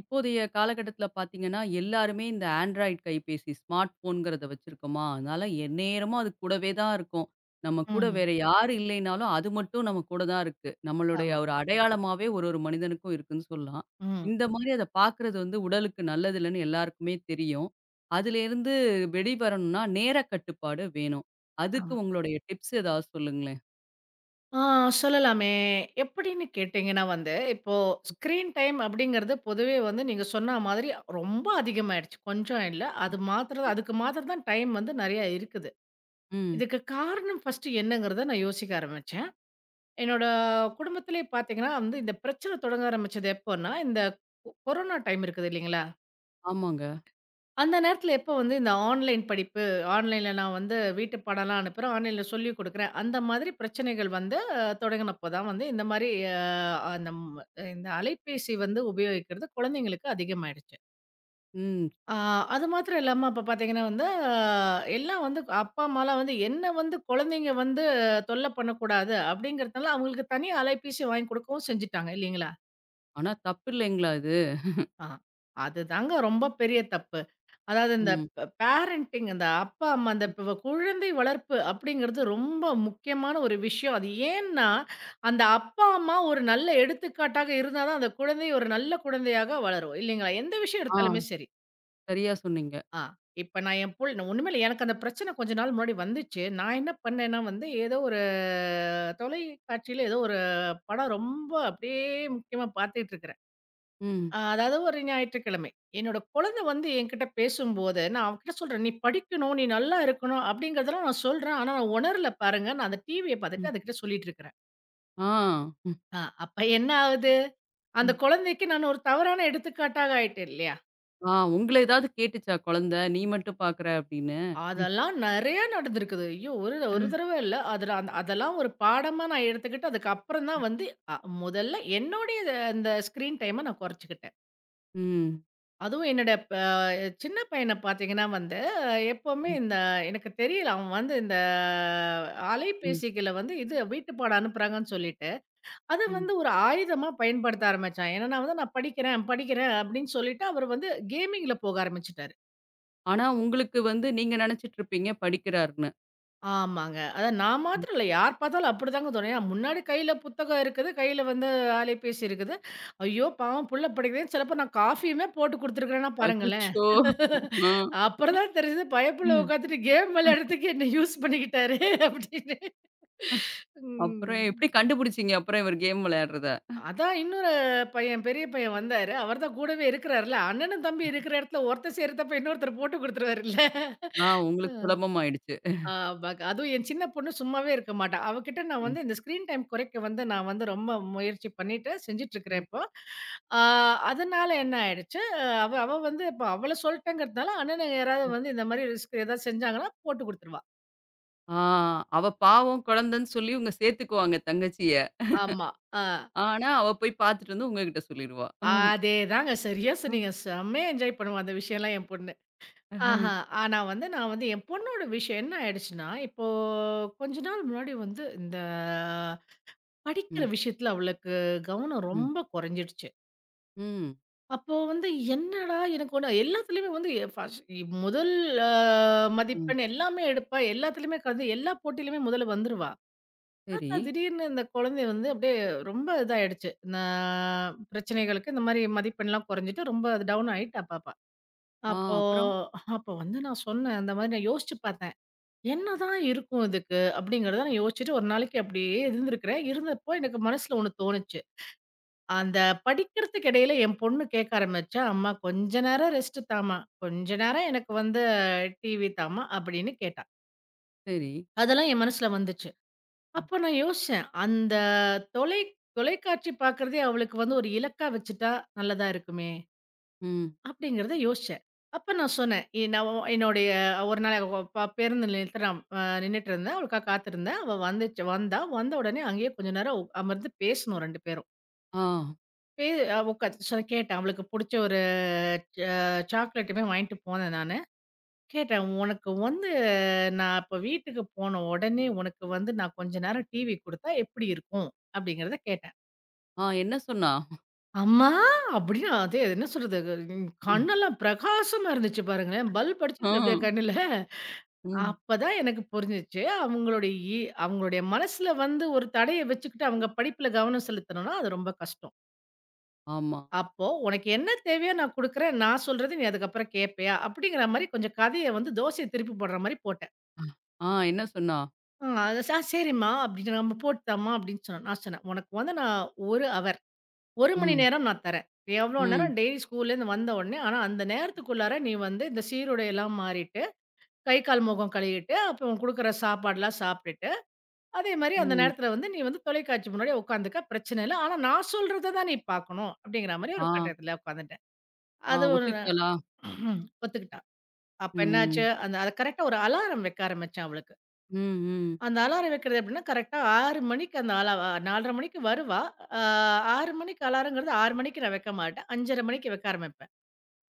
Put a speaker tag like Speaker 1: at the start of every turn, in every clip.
Speaker 1: இப்போதைய காலகட்டத்தில பார்த்தீங்கன்னா, எல்லாருமே இந்த ஆண்ட்ராய்ட் கைபேசி, ஸ்மார்ட் ஃபோன்ங்கிறத வச்சிருக்கோமா, அதனால எந்நேரமும் அது கூடவே தான் இருக்கும். நம்ம கூட
Speaker 2: ம்.
Speaker 1: வேற யாரு இல்லைனாலும், அது மட்டும் நம்ம கூட தான் இருக்கு. நம்மளுடைய ஒரு
Speaker 2: ஆமாங்க.
Speaker 1: அடையாளமாவே ஒரு ஒரு மனிதனுக்கும் இருக்குன்னு சொல்லலாம்.
Speaker 2: ம்.
Speaker 1: இந்த மாரி அத பார்க்குறது வந்து உடலுக்கு நல்லதில்லன்னு எல்லாருக்குமே தெரியும். அதுலேருந்து வெளிவரணும்னா, நேர கட்டுப்பாடு வேணும். அதுக்கு
Speaker 2: ஆமா.
Speaker 1: உங்களுடைய டிப்ஸ் ஏதாவது சொல்லுங்களேன்?
Speaker 2: ஆ சொல்லலாமே. எப்படின்னு கேட்டீங்கன்னா வந்து, இப்போ ஸ்க்ரீன் டைம் அப்படிங்கிறது பொதுவே வந்து நீங்க சொன்ன மாதிரி ரொம்ப அதிகமாயிடுச்சு. கொஞ்சம் இல்ல. அது மாத்திர அதுக்கு மாத்திரம் தான் டைம் வந்து நெறைய இருக்குது.
Speaker 1: ம்.
Speaker 2: இதுக்கு காரணம் ஃபர்ஸ்ட் என்னங்கிறத நான் யோசிக்க ஆரம்பிச்சேன். என்னோட குடும்பத்திலே பார்த்தீங்கன்னா வந்து, இந்த பிரச்சனை தொடங்க ஆரம்பிச்சது எப்போன்னா, இந்த கொரோனா டைம் இருக்குது இல்லைங்களா?
Speaker 1: ஆமாங்க.
Speaker 2: அந்த நேரத்துல எப்ப வந்து இந்த ஆன்லைன் படிப்பு, ஆன்லைன்ல நான் வந்து வீட்டு பாடம்லாம் அனுப்புறேன். ஆன்லைன்ல சொல்லிக் குடுக்குறேன். அந்த மாதிரி பிரச்சனைகள் வந்து தொடங்கினப்ப தான் வந்து இந்த மாரி அந்த இந்த அலைபேசி வந்து உபயோகிக்கிறது குழந்தைங்களுக்கு அதிகமாயிடுச்சு.
Speaker 1: ம்.
Speaker 2: ஆ அது மாத்திரம் இல்லாம அப்ப பார்த்தீங்கன்னா வந்து, எல்லாம் வந்து அப்பா, அம்மாலாம் வந்து என்ன வந்து குழந்தைங்க வந்து தொல்ல பண்ணக்கூடாது அப்படிங்கிறதுனால அவங்களுக்கு தனி அலைபேசி வாங்கி குடுக்கவும் செஞ்சுட்டாங்க இல்லைங்களா?
Speaker 1: ஆனா தப்பு இல்லைங்களா இது?
Speaker 2: ஆ, அதுதாங்க ரொம்ப பெரிய தப்பு. அதாவது இந்த
Speaker 1: ம்.
Speaker 2: பேரண்டிங் அந்த அப்பா, அம்மா அந்த
Speaker 1: ம்.
Speaker 2: இப்ப குழந்தை வளர்ப்பு அப்படிங்கிறது ரொம்ப முக்கியமான ஒரு விஷயம். அது ஏன்னா, அந்த அப்பா, அம்மா ஒரு நல்ல எடுத்துக்காட்டாக இருந்தா தான் அந்த குழந்தை ஒரு நல்ல குழந்தையாக வளரும். இல்லைங்களா? எந்த விஷயம் எடுத்தாலுமே
Speaker 1: ஆ.
Speaker 2: சரி.
Speaker 1: சரியா சொன்னீங்க.
Speaker 2: ஆ இப்ப நான் என் புள் ஒண்ணுமே இல்ல. எனக்கு அந்த பிரச்சனை கொஞ்ச நாள் முன்னாடி வந்துச்சு. நான் என்ன பண்ணேன்னா வந்து, ஏதோ ஒரு தொலைக்காட்சியில ஏதோ ஒரு படம் ரொம்ப அப்படியே முக்கியமா பார்த்துட்டு இருக்கிறேன்.
Speaker 1: ம்.
Speaker 2: அதாவது ஒரு ஞாயிற்றுக்கிழமை. என்னோட குழந்தை வந்து என்கிட்ட பேசும்போது, நான் அவகிட்ட சொல்றேன், "நீ படிக்கணும், நீ நல்லா இருக்கணும்." அப்படிங்கிறதெல்லாம் நான் சொல்றேன். ஆனா, நான் உணரல பாருங்க. நான் அந்த டிவிய
Speaker 1: ம்.
Speaker 2: பார்த்துட்டு அதுகிட்ட சொல்லிட்டு இருக்கிறேன்.
Speaker 1: ஆ. ம்.
Speaker 2: அப்ப என்ன ஆகுது? அந்த
Speaker 1: ம்.
Speaker 2: குழந்தைக்கு நான் ஒரு தவறான எடுத்துக்காட்டாக ஆயிட்டேன் இல்லையா?
Speaker 1: ஆ உங்கள ஏதாவது கேட்டுச்சா குழந்தை? நீ மட்டும் பார்க்குற அப்படின்னு. ம்.
Speaker 2: அதெல்லாம் நெறைய நடந்திருக்குது. ஐயோ! ஒரு ஒரு
Speaker 1: ம்.
Speaker 2: தடவ இல்ல. அதுல அந்த அதெல்லாம் ஒரு பாடமா நான் எடுத்துக்கிட்டு, அதுக்கப்புறம் தான் வந்து அ முதல்ல என்னுடைய அந்த ஸ்க்ரீன் டைம நான் குறைச்சுக்கிட்டேன்.
Speaker 1: ம்.
Speaker 2: அதுவும் என்னோட சின்ன பையன பார்த்தீங்கன்னா வந்து, எப்பவுமே
Speaker 1: ம்.
Speaker 2: இந்த எனக்கு தெரியல. அவன் வந்து இந்த
Speaker 1: ம்.
Speaker 2: அலைபேசிகள வந்து இது வீட்டுப்பாடம் அனுப்புறாங்கன்னு சொல்லிட்டு, அத
Speaker 1: ம்.
Speaker 2: வந்து ஒரு ஆயுதமா பயன்படுத்த ஆரம்பிச்சான். என்னன்னா வந்து நான் படிக்கிறேன், படிக்கிறேன் அப்படின்னு சொல்லிட்டு அவர் வந்து கேமிங்ல போக ஆரம்பிச்சுட்டாரு.
Speaker 1: ஆனா உங்களுக்கு வந்து நீங்க நினைச்சிட்டுருப்பீங்க படிக்கிறாருன்னு.
Speaker 2: ஆமாங்க. அதான் நான் மாத்திரம் இல்ல. யார் பார்த்தாலும் அப்படிதாங்க தோணும். ஏன்னா முன்னாடி கையில புத்தகம் இருக்குது. கையில வந்து அலைபேசி இருக்குது. ஐயோ! பாவம் புள்ள படிக்குதேன்னு சிலப்போ நான் காஃபியுமே போட்டு குடுத்துருக்கிறேன்னா பாருங்களேன்.
Speaker 1: அச்சச்சோ! ஆ.
Speaker 2: அப்புறம் தான் தெரிஞ்சது பயப்புள்ள உட்காந்துட்டு கேம் விளையாடுறதுக்கு என்ன யூஸ் பண்ணிக்கிட்டாரு அப்படின்னு.
Speaker 1: அப்புறம்
Speaker 2: ம்.
Speaker 1: எப்படி கண்டுபிடிச்சீங்க அப்புறம் இவர் கேம் விளையாடுறத?
Speaker 2: அதான் இன்னொரு பையன், பெரிய பையன் வந்தாரு. அவர்தான் கூடவே இருக்கிறாருல்ல. அண்ணனும், தம்பியும் இருக்கிற இடத்துல ஒருத்தர் செய்ற தப்ப இன்னொருத்தர் போட்டு குடுத்துருவாருல்ல.
Speaker 1: ஆ உங்களுக்கு சுலபமாயிடுச்சு.
Speaker 2: ஆமாங்க. அதுவும் என் சின்ன பொண்ணு சும்மாவே இருக்க மாட்டா. அவகிட்ட நான்
Speaker 1: ம்.
Speaker 2: வந்து இந்த ஸ்க்ரீன் டைம் குறைக்க வந்து நான் வந்து ரொம்ப முயற்சி பண்ணிட்டு செஞ்சுட்டுருக்கிறேன்
Speaker 1: ம்.
Speaker 2: இப்போ. ஆ அதனால என்ன ஆயிடுச்சு, அவ அவ வந்து இப்ப அவள சொல்ட்டேங்கிறதுனால, அண்ணனுங்க யாராவது
Speaker 1: ம்.
Speaker 2: வந்து இந்த மாரி ரிஸ்க் ஏதாவது செஞ்சாங்கன்னா போட்டு குடுத்துருவா.
Speaker 1: ஆ அவ பாவம் குழந்தைன்னு சொல்லி இவங்க சேர்த்துக்குவாங்க தங்கச்சிய.
Speaker 2: ஆமா. ஆ.
Speaker 1: ஆனா அவ போய் பார்த்துட்டு வந்து உங்ககிட்ட சொல்லிருவா.
Speaker 2: அதேதாங்க. சரியா
Speaker 1: ம். ம்.
Speaker 2: சொன்னீங்க. செம்மையா என்ஜாய் பண்ணுவா அந்த விஷயம்லாம் என் பொண்ணு.
Speaker 1: ம்.
Speaker 2: ஆஹா. ஆனா வந்து நான் வந்து என் பொண்ணோட விஷயம் என்ன ஆயிடுச்சுன்னா, இப்போ கொஞ்ச நாள் முன்னாடி வந்து இந்த படிக்கிற விஷயத்துல அவளுக்கு கவனம்
Speaker 1: ம்.
Speaker 2: ரொம்ப குறைஞ்சிடுச்சு.
Speaker 1: ம்.
Speaker 2: அப்போ வந்து என்னடா! எனக்கு ஒண்ணு எல்லாத்துலயுமே வந்து ஃபர்ஸ்ட் முதல் அ
Speaker 1: ம்.
Speaker 2: மதிப்பெண் எல்லாமே எடுப்பா. எல்லாத்துலயுமே கலந்து எல்லா போட்டியிலுமே முதல்ல வந்துருவா.
Speaker 1: சரி.
Speaker 2: பார்த்தா திடீர்னு இந்த குழந்தை வந்து அப்படியே ரொம்ப இதாயிடுச்சு. நான் பிரச்சனைகளுக்கு இந்த மாரி மதிப்பெண்லாம் குறைஞ்சுட்டு ரொம்ப டவுன் ஆயிட்டா பாப்பா.
Speaker 1: ஆ
Speaker 2: அப்போ
Speaker 1: அப்புறம்?
Speaker 2: அப்போ வந்து நான் சொன்னேன். இந்த மாரி நான் யோசிச்சு பார்த்தேன். என்னதான் இருக்கும் இதுக்கு? அப்படிங்கிறத நான் யோசிச்சுட்டு ஒரு நாளைக்கு அப்படியே இருந்திருக்கிறேன். இருந்தப்போ எனக்கு மனசுல ஒண்ணு தோணுச்சு. அந்த படிக்கிறதுக்கு இடையில என் பொண்ணு கேட்க ஆரம்பிச்சா, "அம்மா கொஞ்ச நேரம் ரெஸ்ட்டு தாம்மா, கொஞ்ச நேரம் எனக்கு வந்து டிவி தாம்மா" அப்படின்னு கேட்டா.
Speaker 1: சரி.
Speaker 2: அதெல்லாம் என் மனசுல வந்துச்சு.
Speaker 1: ம்.
Speaker 2: அப்ப நான் யோசிச்சேன், அந்த தொலை தொலைக்காட்சி பார்க்குறதே அவளுக்கு வந்து ஒரு இலக்கா வச்சுட்டா நல்லதா இருக்குமே!
Speaker 1: ம்.
Speaker 2: அப்படிங்கிறத யோசிச்சேன். அப்ப நான் சொன்னேன், நான் என்னுடைய ஒரு நாள் பேருந்து நிலையத்துல நான் நின்னுட்டு இருந்தேன். அவளுக்காக காத்திருந்தேன். அவ வந்துச்சு வந்தா. வந்த உடனே அங்கேயே கொஞ்ச நேரம் அமர்ந்து பேசினோம் 2 பேரும்.
Speaker 1: ஆ.
Speaker 2: பே உட்காந்து கேட்டேன் அவளுக்கு புடிச்ச ஒரு ச சாக்லேட்டுமே வாங்கிட்டு போனேன் நானு. கேட்டேன், "உனக்கு வந்து நான் இப்ப வீட்டுக்கு போன உடனே உனக்கு வந்து நான் கொஞ்ச நேரம் டிவி குடுத்தா எப்படி இருக்கும்?" அப்படிங்கிறத கேட்டேன்.
Speaker 1: ஆ என்ன சொன்னா?
Speaker 2: "அம்மா!" அப்படின்னு அது என்ன சொல்றது, ம் கண்ணெல்லாம் பிரகாசமா இருந்துச்சு பாருங்களேன். பல்ப்
Speaker 1: ஆ.
Speaker 2: அடிச்சுச்சு அப்படியே கண்ணுல.
Speaker 1: ம்.
Speaker 2: அப்பதான் எனக்கு புரிஞ்சுச்சு, அவங்களுடைய அவங்களுடைய மனசுல வந்து ஒரு தடைய வச்சுக்கிட்டு அவங்க படிப்புல கவனம் செலுத்தணும்னா, அது ரொம்ப கஷ்டம்.
Speaker 1: ஆமா.
Speaker 2: அப்போ "உனக்கு என்ன தேவையோ நான் குடுக்குறேன். நான் சொல்றத நீ அதுக்கப்புறம் கேட்பியா?" அப்படிங்கிற மாரி கொஞ்சம் கதைய வந்து தோசைய திருப்பி போடுற மாரி போட்டேன்.
Speaker 1: ஆ என்ன சொன்னா?
Speaker 2: அ அது "ஆ சரிம்மா" அப்படின்னு "நம்ம போட்டுத்தாம்மா" அப்படின்னு சொன்னா. நான் சொன்னேன், "உனக்கு வந்து நான் 1 அவர் 1 மணி
Speaker 1: ம்.
Speaker 2: நேரம் நான் தரேன். எவ்வளோ
Speaker 1: ம்.
Speaker 2: நேரம் டெய்லி ஸ்கூல்லேருந்து வந்த உடனே ஆனா அந்த நேரத்துக்குள்ளார நீ வந்து இந்த சீருடையெல்லாம் மாறிட்டு, கை, கால், முகம் கழுவிட்டு, அப்புறம் குடுக்குற சாப்பாடுலாம் சாப்பிட்டுட்டு, அதே மாரி அந்த
Speaker 1: ம்.
Speaker 2: நேரத்தில வந்து நீ வந்து தொலைக்காட்சி முன்னாடி உட்காந்துக்க பிரச்சனை இல்ல. ஆனா நான் சொல்றத தான் நீ பார்க்கணும்." அப்படிங்கிற மாரி
Speaker 1: ஆ.
Speaker 2: ஒரு கட்டத்தில உட்காந்துட்டேன்.
Speaker 1: ஆ
Speaker 2: அது ஒரு
Speaker 1: ஒத்துக்கிட்டாளா?
Speaker 2: ம்ஹ்ம். ஒத்துக்கிட்டா. அப்ப என்னாச்சு,
Speaker 1: ம்.
Speaker 2: அந்த அத கரெக்ட்டா ஒரு அலாரம் வைக்க ஆரம்பிச்சேன் அவளுக்கு.
Speaker 1: ம். ம்.
Speaker 2: அந்த அலாரம் வைக்கிறது எப்படின்னா, கரெக்ட்டா 6 மணிக்கு அந்த அலா 4:30 மணிக்கு வருவா. அ 6 மணிக்கு அலாரங்கிறது 6 மணிக்கு நான் வைக்க மாட்டேன். 5:30 மணிக்கு வைக்க ஆரம்பிப்பேன்.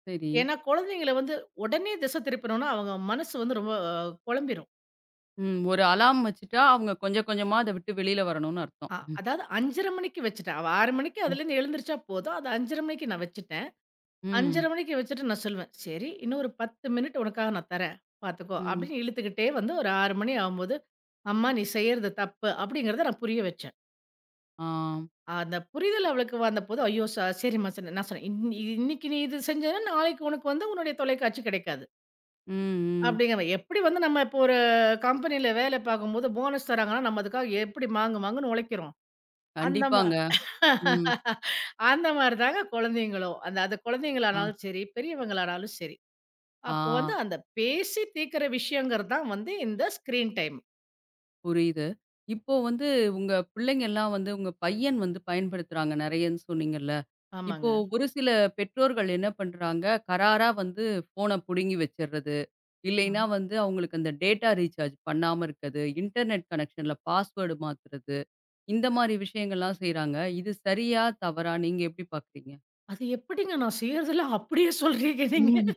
Speaker 1: சரி.
Speaker 2: ஏன்னா, குழந்தைங்கள வந்து உடனே திசை திருப்பணும்னா, அவங்க மனசு வந்து ரொம்ப குழம்பிரும்.
Speaker 1: ம். ஒரு அலார்ம் வச்சுட்டா, அவங்க கொஞ்சம் கொஞ்சமா அத விட்டு வெளில வரணும்னு அர்த்தம்.
Speaker 2: அ அதாவது 5:30 மணிக்கு வச்சுட்டேன். அவ 6 மணிக்கு
Speaker 1: ம்.
Speaker 2: அதுலேருந்து எழுந்திரிச்சா போதும். அது 5:30 மணிக்கு நான் வச்சுட்டேன்.
Speaker 1: ம்.
Speaker 2: 5:30 மணிக்கு வச்சுட்டு நான் சொல்லுவேன், "சரி, இன்னும் ஒரு 10 மினிட் உனக்காக நான் தரேன், பார்த்துக்கோ"
Speaker 1: ம்.
Speaker 2: அப்படின்னு இழுத்துக்கிட்டே வந்து ஒரு 6 மணி ஆகும்போது, "அம்மா நீ செய்றது தப்பு" அப்படிங்கிறத நான் புரிய வச்சேன்.
Speaker 1: ஆ.
Speaker 2: அந்த புரிதல் அவளுக்கு வந்தபோது, "ஐயோ! சரிம்மா" சொன்னேன். நான் சொன்னேன், "இன்னைக்கு நீ இது செஞ்சேன்னா, நாளைக்கு உனக்கு வந்து உன்னுடைய தொலைக்காட்சி கிடைக்காது"
Speaker 1: ம். ம்.
Speaker 2: அப்படிங்கிற மாரி. எப்படி வந்து நம்ம இப்போ ஒரு கம்பெனியில வேலை பார்க்கும்போது போனஸ் தராங்கன்னா, நம்ம அதுக்காக எப்படி மாங்கு மாங்குன்னு உழைக்கிறோம். அந்த மா
Speaker 1: கண்டிப்பாங்க. ம்.
Speaker 2: அந்த மாரி தாங்க குழந்தைங்களும். அந்த அது
Speaker 1: ஆ.
Speaker 2: குழந்தைங்களானாலும் சரி, பெரியவங்களானாலும் சரி.
Speaker 1: ஆ.
Speaker 2: அப்போ வந்து அந்த பேசி தீர்க்கிற விஷயங்கிறது தான் வந்து இந்த ஸ்க்ரீன் டைம்.
Speaker 1: புரியுது. இப்போ வந்து உங்க பிள்ளைங்கலாம் வந்து உங்க பையன் வந்து பயன்படுத்துறாங்க நெறையன்னு சொன்னீங்கல்ல? இப்போ
Speaker 2: ஆமாங்க.
Speaker 1: ஒரு சில பெற்றோர்கள் என்ன பண்றாங்க, கராரா வந்து ஃபோன புடுங்கி வச்சுர்றது. இல்லைன்னா
Speaker 2: ஆமா.
Speaker 1: வந்து அவங்களுக்கு அந்த டேட்டா ரீசார்ஜ் பண்ணாம இருக்கது. இன்டர்நெட் கனெக்ஷன்ல பாஸ்வேர்டு மாத்துறது. இந்த மாரி விஷயங்கள்லாம் செய்றாங்க. இது சரியா? தவறா? நீங்க எப்படி பாக்குறீங்க?
Speaker 2: அது எப்படிங்க நான் செய்றதெல்லாம் அப்படியே சொல்றீங்க நீங்க.
Speaker 1: ம்.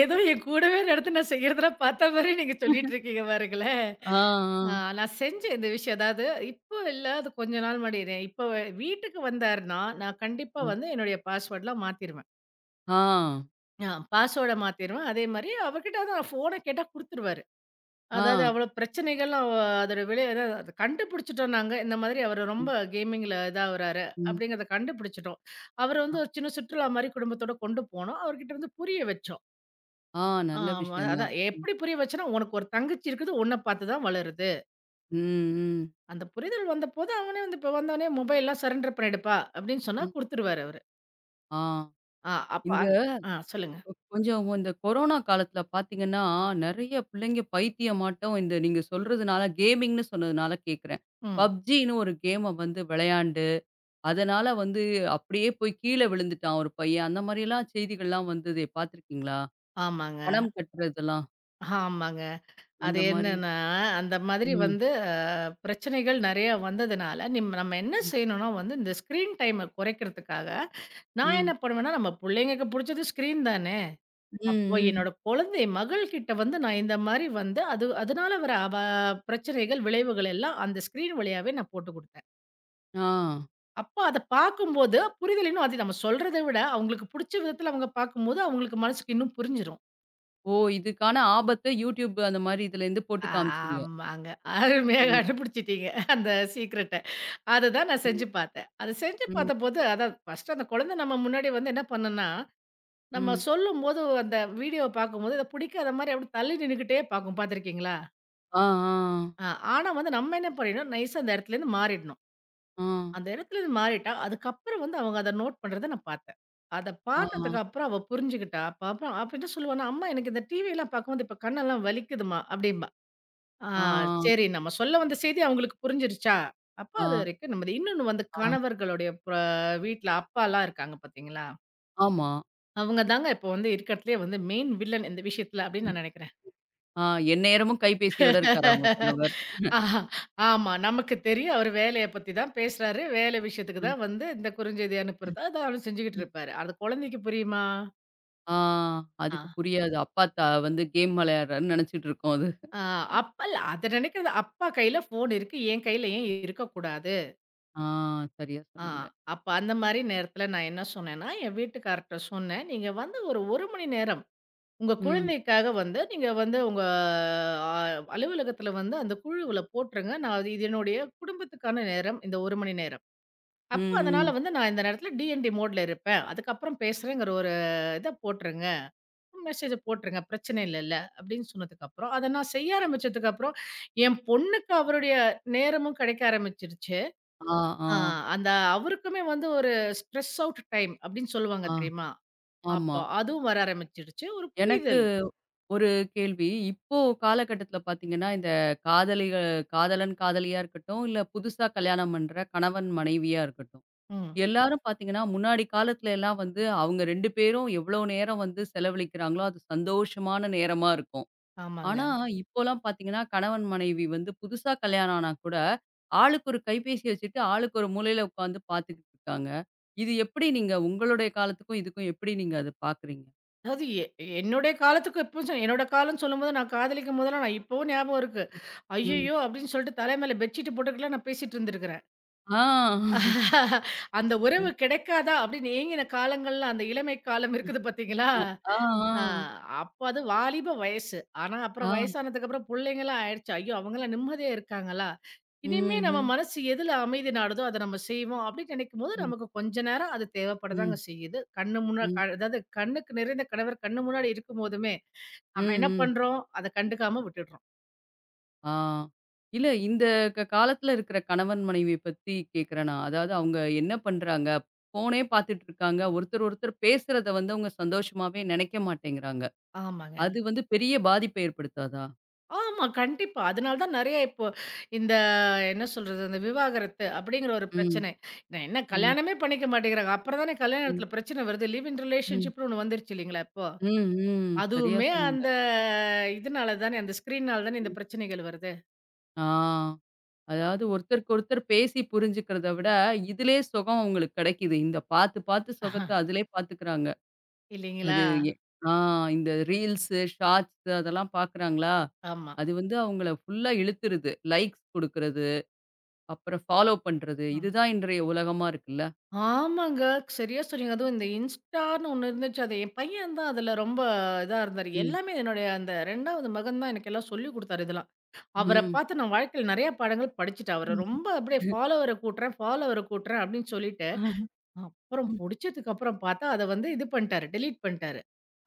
Speaker 2: ஏதோ என் கூடவே நடந்து நான் செய்றதெல்லாம் பாத்த மாரி நீங்க சொல்லிட்டு இருக்கீங்க பாருங்களேன்.
Speaker 1: ஆ,
Speaker 2: ஆ நான் செஞ்ச இந்த விஷயம் அதாவது இப்போ இல்ல அது கொஞ்ச நாள் முன்னாடி இது. இப்போ வீட்டுக்கு வந்தாருன்னா, நான் கண்டிப்பா வந்து என்னுடைய பாஸ்வேர்ட்லாம் மாத்திருவேன்.
Speaker 1: ஆ, ஆ,
Speaker 2: ஆ பாஸ்வேர்ட மாத்திருவேன். அதே மாரி அவர்கிட்ட வந்து நான் ஃபோன கேட்டா குடுத்துருவாரு.
Speaker 1: ஆ,
Speaker 2: அதாவது அவ்வளோ பிரச்சனைகள் அவ அதோட விளை அதாவது அத கண்டுபிடிச்சுட்டோம் நாங்க. இந்த மாதிரி அவரு ரொம்ப
Speaker 1: ம்,
Speaker 2: கேமிங்ல இதாகுறாரு
Speaker 1: ம்.
Speaker 2: அப்படிங்கிறத கண்டுபிடிச்சுட்டோம். அவர
Speaker 1: ஆ,
Speaker 2: வந்து ஒரு சின்ன சுற்றுலா மாரி குடும்பத்தோட கொண்டு போனோம். அவர்கிட்ட வந்து புரிய வச்சோம்.
Speaker 1: ஆ நல்ல
Speaker 2: ஆமா.
Speaker 1: விஷயம் தான்.
Speaker 2: அதான்
Speaker 1: ம்,
Speaker 2: எப்படி புரிய வச்சேன்னா, "உனக்கு ஒரு தங்கச்சி இருக்குது. உன்ன பார்த்து தான் வளருது."
Speaker 1: ம்,
Speaker 2: அந்த புரிதல் வந்தபோது அவனே வந்து இப்ப வந்தோனே மொபைல்லாம் சரண்டர் பண்ணிடுப்பா அப்படின்னு சொன்னா
Speaker 1: ம்.
Speaker 2: குடுத்துருவாரு அவரு.
Speaker 1: ஆ.
Speaker 2: ஆ அப்ப
Speaker 1: இந்த
Speaker 2: ஆ சொல்லுங்க.
Speaker 1: கொஞ்சம் இந்த கொரோனா காலத்துல பாத்தீங்கன்னா, நெறைய பிள்ளைங்க பைத்தியமாட்டம் இந்த நீங்க சொல்றதுனால கேமிங்ன்னு சொன்னதுனால கேட்கிறேன்.
Speaker 2: ம்.
Speaker 1: PUBGன்னு ஒரு கேம வந்து விளையாண்டு, அதனால வந்து அப்படியே போய் கீழ விழுந்துட்டான் ஒரு பையன். அந்த மாரியெல்லாம் செய்திகள்லாம் வந்ததே பாத்துருக்கீங்களா?
Speaker 2: ஆமாங்க,
Speaker 1: பணம் கட்டுறதெல்லாம்.
Speaker 2: ஆமாங்க. அது
Speaker 1: அந்த மாரி.
Speaker 2: என்னன்னா, அந்த மாதிரி
Speaker 1: ம்.
Speaker 2: வந்து பிரச்சனைகள் நெறையா வந்ததுனால, நம்ம என்ன
Speaker 1: ம்.
Speaker 2: செய்யணும்னா வந்து, இந்த ஸ்க்ரீன் டைம குறைக்கிறதுக்காக, நான்
Speaker 1: ம்.
Speaker 2: என்ன பண்ணுவேன்னா, நம்ம புள்ளைங்களுக்கு புடிச்சது ஸ்க்ரீன் தானே.
Speaker 1: ம்.
Speaker 2: அப்போ
Speaker 1: ம்.
Speaker 2: என்னோட குழந்தை மகள் கிட்ட வந்து நான் இந்த மாரி வந்து, அது அதனால வர அவ பிரச்சனைகள், விளைவுகள் எல்லாம் அந்த ஸ்க்ரீன் வழியாவே நான் போட்டு குடுத்தேன்.
Speaker 1: ஆ.
Speaker 2: அப்போ அத பார்க்கும்போது புரிதல் இன்னும் அது நம்ம சொல்றத விட, அவங்களுக்கு புடிச்ச விதத்துல அவங்க பார்க்கும்போது, அவங்களுக்கு மனசுக்கு இன்னும் புரிஞ்சிரும்.
Speaker 1: ஓ! இதுக்கான ஆபத்த YouTube அந்த மாரி இதுலேருந்து போட்டு காமிச்சீங்க.
Speaker 2: ஆமாங்க. அருமையா
Speaker 1: ம்.
Speaker 2: கண்டுபிடிச்சிட்டீங்க. அந்த சீக்ரெட்ட. அதுதான் நான்
Speaker 1: ம்.
Speaker 2: செஞ்சு பார்த்தேன். அத செஞ்சு
Speaker 1: ம்.
Speaker 2: பார்த்தபோது, அதான் ஃபர்ஸ்ட்டு அந்த குழந்தை நம்ம முன்னாடி வந்து என்ன பண்ணும்னா, நம்ம
Speaker 1: ம்.
Speaker 2: சொல்லும்போது அந்த வீடியோ பார்க்கும்போது, அத பிடிக்காத மாரி அப்படியே தள்ளி நின்னுக்கிட்டே பார்க்கும் பார்த்துருக்கீங்களா?
Speaker 1: ஆ, ஆ,
Speaker 2: ஆ ஆனா வந்து நம்ம என்ன பண்ணிடணும், நைஸா அந்த இடத்துலேருந்து மாறிடணும்.
Speaker 1: ஆ.
Speaker 2: அந்த இடத்துலேருந்து மாறிட்டா, அதுக்கப்புறம் வந்து அவங்க அத நோட் பண்றத நான் பார்த்தேன். அத
Speaker 1: ஆ. ஆ.
Speaker 2: பார்த்ததுக்கு அப்புறம் அவ புரிஞ்சுகிட்டா. அப்ப அப்புறம் அப்ப என்ன சொல்லுவான்னா, "அம்மா எனக்கு இந்த டிவிலாம் பார்க்கும்போது இப்ப கண்ணெல்லாம் வலிக்குதும்மா" அப்படிம்பா. ஆ
Speaker 1: ஆ.
Speaker 2: சரி. நம்ம சொல்ல வந்த செய்தி அவங்களுக்கு புரிஞ்சிருச்சா? அப்ப
Speaker 1: ஆ.
Speaker 2: அதுவரைக்கும் நிம்மதி. இன்னொன்னு வந்து
Speaker 1: ஆ,
Speaker 2: கணவர்களுடைய வீட்ல அப்பாலாம் இருக்காங்க பார்த்தீங்களா?
Speaker 1: ஆமா.
Speaker 2: அவங்க தாங்க இப்போ வந்து இருக்கிறதுலயே வந்து மெயின் வில்லன் இந்த விஷயத்துல அப்படின்னு நான் நெனைக்கிறேன்.
Speaker 1: ஆ எந்நேரமும் கைபேசியோட இருக்காரா உங்க கணவர்?
Speaker 2: ஆஹா. ஆமா. நமக்கு தெரியும் அவரு வேலைய பத்தி தான் பேசுறாரு. வேலை விஷயத்துக்கு தான் வந்து இந்த குறுஞ்செய்தி அனுப்புறது. அத அவரு செஞ்சுகிட்டு இருப்பாரு. அது குழந்தைக்கு புரியுமா?
Speaker 1: ஆ
Speaker 2: ஆ.
Speaker 1: அதுக்கு புரியாது. அப்பா வந்து கேம் விளையாடுறாருன்னு நெனச்சுட்டு இருக்கும் அது.
Speaker 2: ஆ அப்பல்ல அத நெனைக்கிறது அப்பா கையில ஃபோன் இருக்கு. என் கையில ஏன் இருக்கக்கூடாது?
Speaker 1: ஆ சரியா
Speaker 2: ஆ,
Speaker 1: சொன்னீங்க.
Speaker 2: அப்ப அந்த மாரி நேரத்துல நான் என்ன சொன்னேன்னா, என் வீட்டுக்கார்ட்ட சொன்னேன். "நீங்க வந்து ஒரு 1 மணி நேரம் உங்க
Speaker 1: ம்.
Speaker 2: குழந்தைக்காக வந்து நீங்க வந்து உங்க அ அலுவலகத்துல வந்து அந்த குழுவுல போட்டுருங்க. நான் அது இது என்னுடைய குடும்பத்துக்கான நேரம். இந்த 1 மணி நேரம். அப்போ அதனால
Speaker 1: ம்.
Speaker 2: வந்து நான் இந்த நேரத்துல டிஎன்டி மோட்ல இருப்பேன். அதுக்கப்புறம் பேசுறேங்கிற ஒரு இத போட்டுருங்க. மெசேஜ போட்டுருங்க. பிரச்சனை இல்லல்ல." அப்படின்னு சொன்னதுக்கப்புறம், அத நான் செய்ய ஆரம்பிச்சதுக்கப்புறம், என் பொண்ணுக்கு அவருடைய நேரமும் கிடைக்க ஆரம்பிச்சிருச்சு.
Speaker 1: ஆ, ஆ,
Speaker 2: ஆ அந்த அவருக்குமே வந்து ஒரு ஸ்ட்ரெஸ் அவுட் டைம் அப்படின்னு சொல்லுவாங்க
Speaker 1: ஆ.
Speaker 2: தெரியுமா?
Speaker 1: ஆமா.
Speaker 2: அப்போ அதுவும் வர ஆரம்பிச்சிடுச்சு. ஒரு
Speaker 1: எனக்கு
Speaker 2: புரிதல்.
Speaker 1: ஒரு கேள்வி. இப்போ காலகட்டத்தில பார்த்தீங்கன்னா, இந்த காதலிகள் காதலன், காதலியா இருக்கட்டும், இல்ல புதுசா கல்யாணம் பண்ற கணவன், மனைவியா இருக்கட்டும்.
Speaker 2: ம்.
Speaker 1: எல்லாரும் பார்த்தீங்கன்னா, முன்னாடி காலத்துல எல்லாம் வந்து அவங்க 2 பேரும் எவ்வளோ நேரம் வந்து செலவழிக்கிறாங்களோ, அது சந்தோஷமான நேரமா இருக்கும். ஆனா,
Speaker 2: ஆமாங்க.
Speaker 1: இப்போலாம் பார்த்தீங்கன்னா, கணவன் மனைவி வந்து புதுசா கல்யாணம் ஆனா கூட, ஆளுக்கு ஒரு கைபேசி வச்சுட்டு, ஆளுக்கு ஒரு மூலையில உட்காந்து பார்த்துக்கிட்டு இருக்காங்க. இது எப்படி நீங்க உங்களுடைய காலத்துக்கும், இதுக்கும் எப்படி நீங்க அத பார்க்குறீங்க?
Speaker 2: அதாவது என்னுடைய காலத்துக்கும் இப்போ என்னோட காலம்ன்னு சொல்லும்போது நான் காதலிக்கும் போதெல்லாம் நான் இப்பவும் ஞாபகம் இருக்கு.
Speaker 1: ம்.
Speaker 2: "ஐய்யய்யோ!" அப்படின்னு சொல்லிட்டு தலை மேல பெட்ஷீட் போட்டுட்டுலாம் நான் பேசிட்டு இருந்திருக்கிறேன்.
Speaker 1: ஆ.
Speaker 2: அந்த உறவு கிடைக்காதா அப்படின்னு ஏங்கின காலங்கள்ல அந்த இளமை காலம் இருக்குது பார்த்தீங்களா?
Speaker 1: அ,
Speaker 2: ஆ
Speaker 1: ஆ,
Speaker 2: அப்ப அது வாலிப வயசு. ஆனா,
Speaker 1: ஆ,
Speaker 2: அப்புறம்
Speaker 1: ஆ.
Speaker 2: வயசானதுக்கு அப்புறம் புள்ளைங்கலாம் ஆயிடுச்சு. ஐயோ! அவங்கலாம் நிம்மதியா இருக்காங்களா?
Speaker 1: ம்,
Speaker 2: இனிமே நம்ம
Speaker 1: ம்,
Speaker 2: மனசு எதுல அமைதி நாடுதோ, அத நம்ம செய்வோம் அப்படின்னு நினைக்கும்போது,
Speaker 1: ம்,
Speaker 2: நமக்கு கொஞ்ச நேரம் அது தேவைப்படதாங்க
Speaker 1: ம்,
Speaker 2: செய்யுது. கண்ணு முன்னா
Speaker 1: ம்,
Speaker 2: அதாவது கண்ணுக்கு நிறைந்த கணவர் கண்ணு முன்னாடி இருக்கும்போதுமே,
Speaker 1: ம்,
Speaker 2: நம்ம என்ன
Speaker 1: ம்.
Speaker 2: பண்றோம்? அத கண்டுக்காம விட்டுடுறோம்.
Speaker 1: ஆ. இல்ல இந்த காலத்துல இருக்கிற கணவன் மனைவிய பத்தி கேட்கிறேன் நான். அதாவது அவங்க என்ன பண்றாங்க? ஃபோனே பார்த்துட்டு இருக்காங்க. ஒருத்தர், ஒருத்தர் பேசுறத வந்து அவங்க சந்தோஷமாவே நினைக்க மாட்டேங்கிறாங்க.
Speaker 2: ஆமாங்க.
Speaker 1: அது வந்து பெரிய பாதிப்ப ஏற்படுத்தாதா?
Speaker 2: ஆமா, கண்டிப்பா. அதனால தான் நெறைய இப்போ இந்த என்ன சொல்றது? இந்த விவாகரத்து அப்படிங்கிற ஒரு
Speaker 1: ம்.
Speaker 2: பிரச்சனை. நான் என்ன
Speaker 1: ம்.
Speaker 2: கல்யாணமே பண்ணிக்க மாட்டேங்கிறாங்க. அப்புறம் தானே கல்யாண
Speaker 1: ம்.
Speaker 2: இடத்துல பிரச்சனை வருது. லிவ் இன்
Speaker 1: ம்.
Speaker 2: ரிலேஷன்ஷிப்னு ஒண்ணு வந்துருச்சு இல்லைங்களா இப்போ?
Speaker 1: ம். ம். சரியா
Speaker 2: அதுவுமே
Speaker 1: சொன்னீங்க.
Speaker 2: அந்த இதுனால தானே, அந்த ஸ்க்ரீன்னால தானே இந்த
Speaker 1: ம்.
Speaker 2: பிரச்சனைகள் வருது.
Speaker 1: ஆ. அதாவது ஒருத்தருக்கு ஒருத்தர் பேசி புரிஞ்சுக்கிறத விட, இதிலே சுகம் அவங்களுக்கு கிடைக்குது. இந்த பார்த்து பார்த்து சுகத்த அதிலே பார்த்துக்கிறாங்க.
Speaker 2: இல்லைங்களா?
Speaker 1: அது எ ஆ இந்த ரீல்ஸு, ஷார்ட்ஸு அதெல்லாம் பார்க்குறாங்களா?
Speaker 2: ஆமா.
Speaker 1: அது வந்து அவங்கள ஃபுல்லா இழுத்துருது. லைக்ஸ் குடுக்குறது, அப்புறம் ஃபாலோ பண்றது.
Speaker 2: ம்.
Speaker 1: இதுதான் இன்றைய உலகமா இருக்குல்ல.
Speaker 2: ஆமாங்க. சரியா சொன்னீங்க. அதுவும் இந்த இன்ஸ்டான்னு ஒண்ணு இருந்துச்சு. அது என் பையன் தான் அதுல ரொம்ப இதா இருந்தாரு.
Speaker 1: ம்.
Speaker 2: எல்லாமே என்னுடைய அந்த 2வது மகன் தான் எனக்கு எல்லாம் சொல்லிக் குடுத்தாரு இதெல்லாம். அவர
Speaker 1: ம்.
Speaker 2: பார்த்து நான் வாழ்க்கையில நெறைய பாடங்கள் படிச்சுட்டேன். அவர
Speaker 1: ம்.
Speaker 2: ரொம்ப அப்படியே ஃபாலோவர கூட்டுறேன், ஃபாலோவர கூட்டுறேன் அப்படின்னு சொல்லிட்டு,
Speaker 1: ஆ.
Speaker 2: அப்புறம் புடிச்சதுக்கு அப்புறம் பார்த்தா, அத வந்து இது பண்ணிட்டாரு. டெலீட் பண்ணிட்டாரு.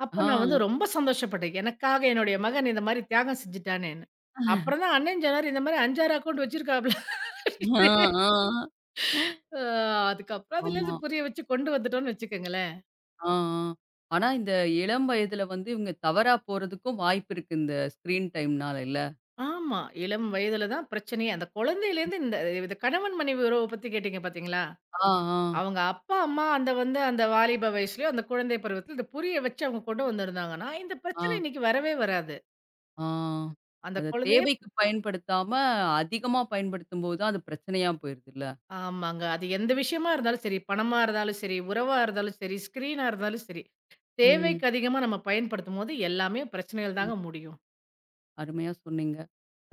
Speaker 2: அப்ப
Speaker 1: ஆ.
Speaker 2: நான் வந்து ரொம்ப சந்தோஷப்பட்டேன். எனக்காக என்னுடைய மகன் இந்த மாரி தியாகம் செஞ்சுட்டானேன்னு. அப்புறம் தான் அண்ணன் சொன்னாரு, இந்த மாரி 5, 6 அக்கவுண்ட் வச்சிருக்காப்ல.
Speaker 1: ஆ.
Speaker 2: அ அதுக்கப்புறம்
Speaker 1: ஆமா.
Speaker 2: அதுலேருந்து புரிய வச்சு கொண்டு வந்துட்டோம்னு வச்சுக்கங்களேன்.
Speaker 1: ஆ, ஆ. ஆனா இந்த இளம் வயதுல வந்து இவங்க தவறா போறதுக்கும் வாய்ப்பு இருக்கு. இந்த ஸ்க்ரீன் டைம்னால இல்ல?
Speaker 2: ஆமா. இளம் வயதுல தான் பிரச்சனையே. அந்த குழந்தையிலேருந்து இந்த இது கணவன் மனைவி உறவ பத்தி கேட்டீங்க பார்த்தீங்களா?
Speaker 1: ஆ, ஆ,
Speaker 2: அவங்க அப்பா, அம்மா அந்த வந்து அந்த வாலிப வயசுலயோ, அந்த குழந்தை பருவத்தில இத புரிய வச்சு அவங்க கொண்டு வந்திருந்தாங்கன்னா, இந்த
Speaker 1: ஆ,
Speaker 2: பிரச்சனை இன்னைக்கு வரவே வராது.
Speaker 1: ஆ.
Speaker 2: அந்த
Speaker 1: அத
Speaker 2: குழந்தையே
Speaker 1: தேவைக்கு பயன்படுத்தாம, அதிகமா பயன்படுத்தும்போது தான் அது பிரச்சனையா போயிருதுல்ல?
Speaker 2: ஆமாங்க. அது எந்த விஷயமா இருந்தாலும் சரி, பணமா இருந்தாலும் சரி, உறவா இருந்தாலும் சரி, ஸ்க்ரீனா இருந்தாலும் சரி,
Speaker 1: ம்,
Speaker 2: தேவைக்கு அதிகமா நம்ம பயன்படுத்தும்போது எல்லாமே பிரச்சனைகள்
Speaker 1: ம்.
Speaker 2: தாங்க முடியும்.
Speaker 1: அருமையா சொன்னீங்க.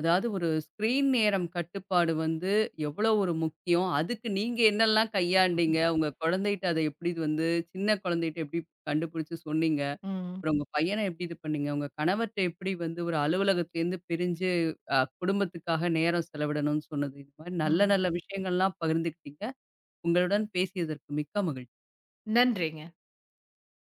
Speaker 1: அதாவது ஒரு ஸ்க்ரீன் நேரம் கட்டுப்பாடு வந்து எவ்வளோ ஒரு முக்கியம்? அதுக்கு நீங்க என்னெல்லாம் கையாண்டீங்க? உங்க குழந்தைட்ட அத எப்படி வந்து சின்ன குழந்தைட்ட எப்படி கண்டுபிடிச்சு சொன்னீங்க?
Speaker 2: ம்,
Speaker 1: அப்புறம் உங்க பையன எப்படி இது பண்ணீங்க? உங்க கணவர்ட்ட எப்படி வந்து ஒரு அலுவலகத்துலேருந்து பிரிஞ்சு குடும்பத்துக்காக நேரம் செலவிடணும்னு சொன்னது? இந்த மாரி நல்ல
Speaker 2: ம்.
Speaker 1: நல்ல விஷயங்கள்லாம் பகிர்ந்துக்கிட்டீங்க. உங்களுடன் பேசியதற்கு மிக்க மகிழ்ச்சி.
Speaker 2: நன்றிங்க.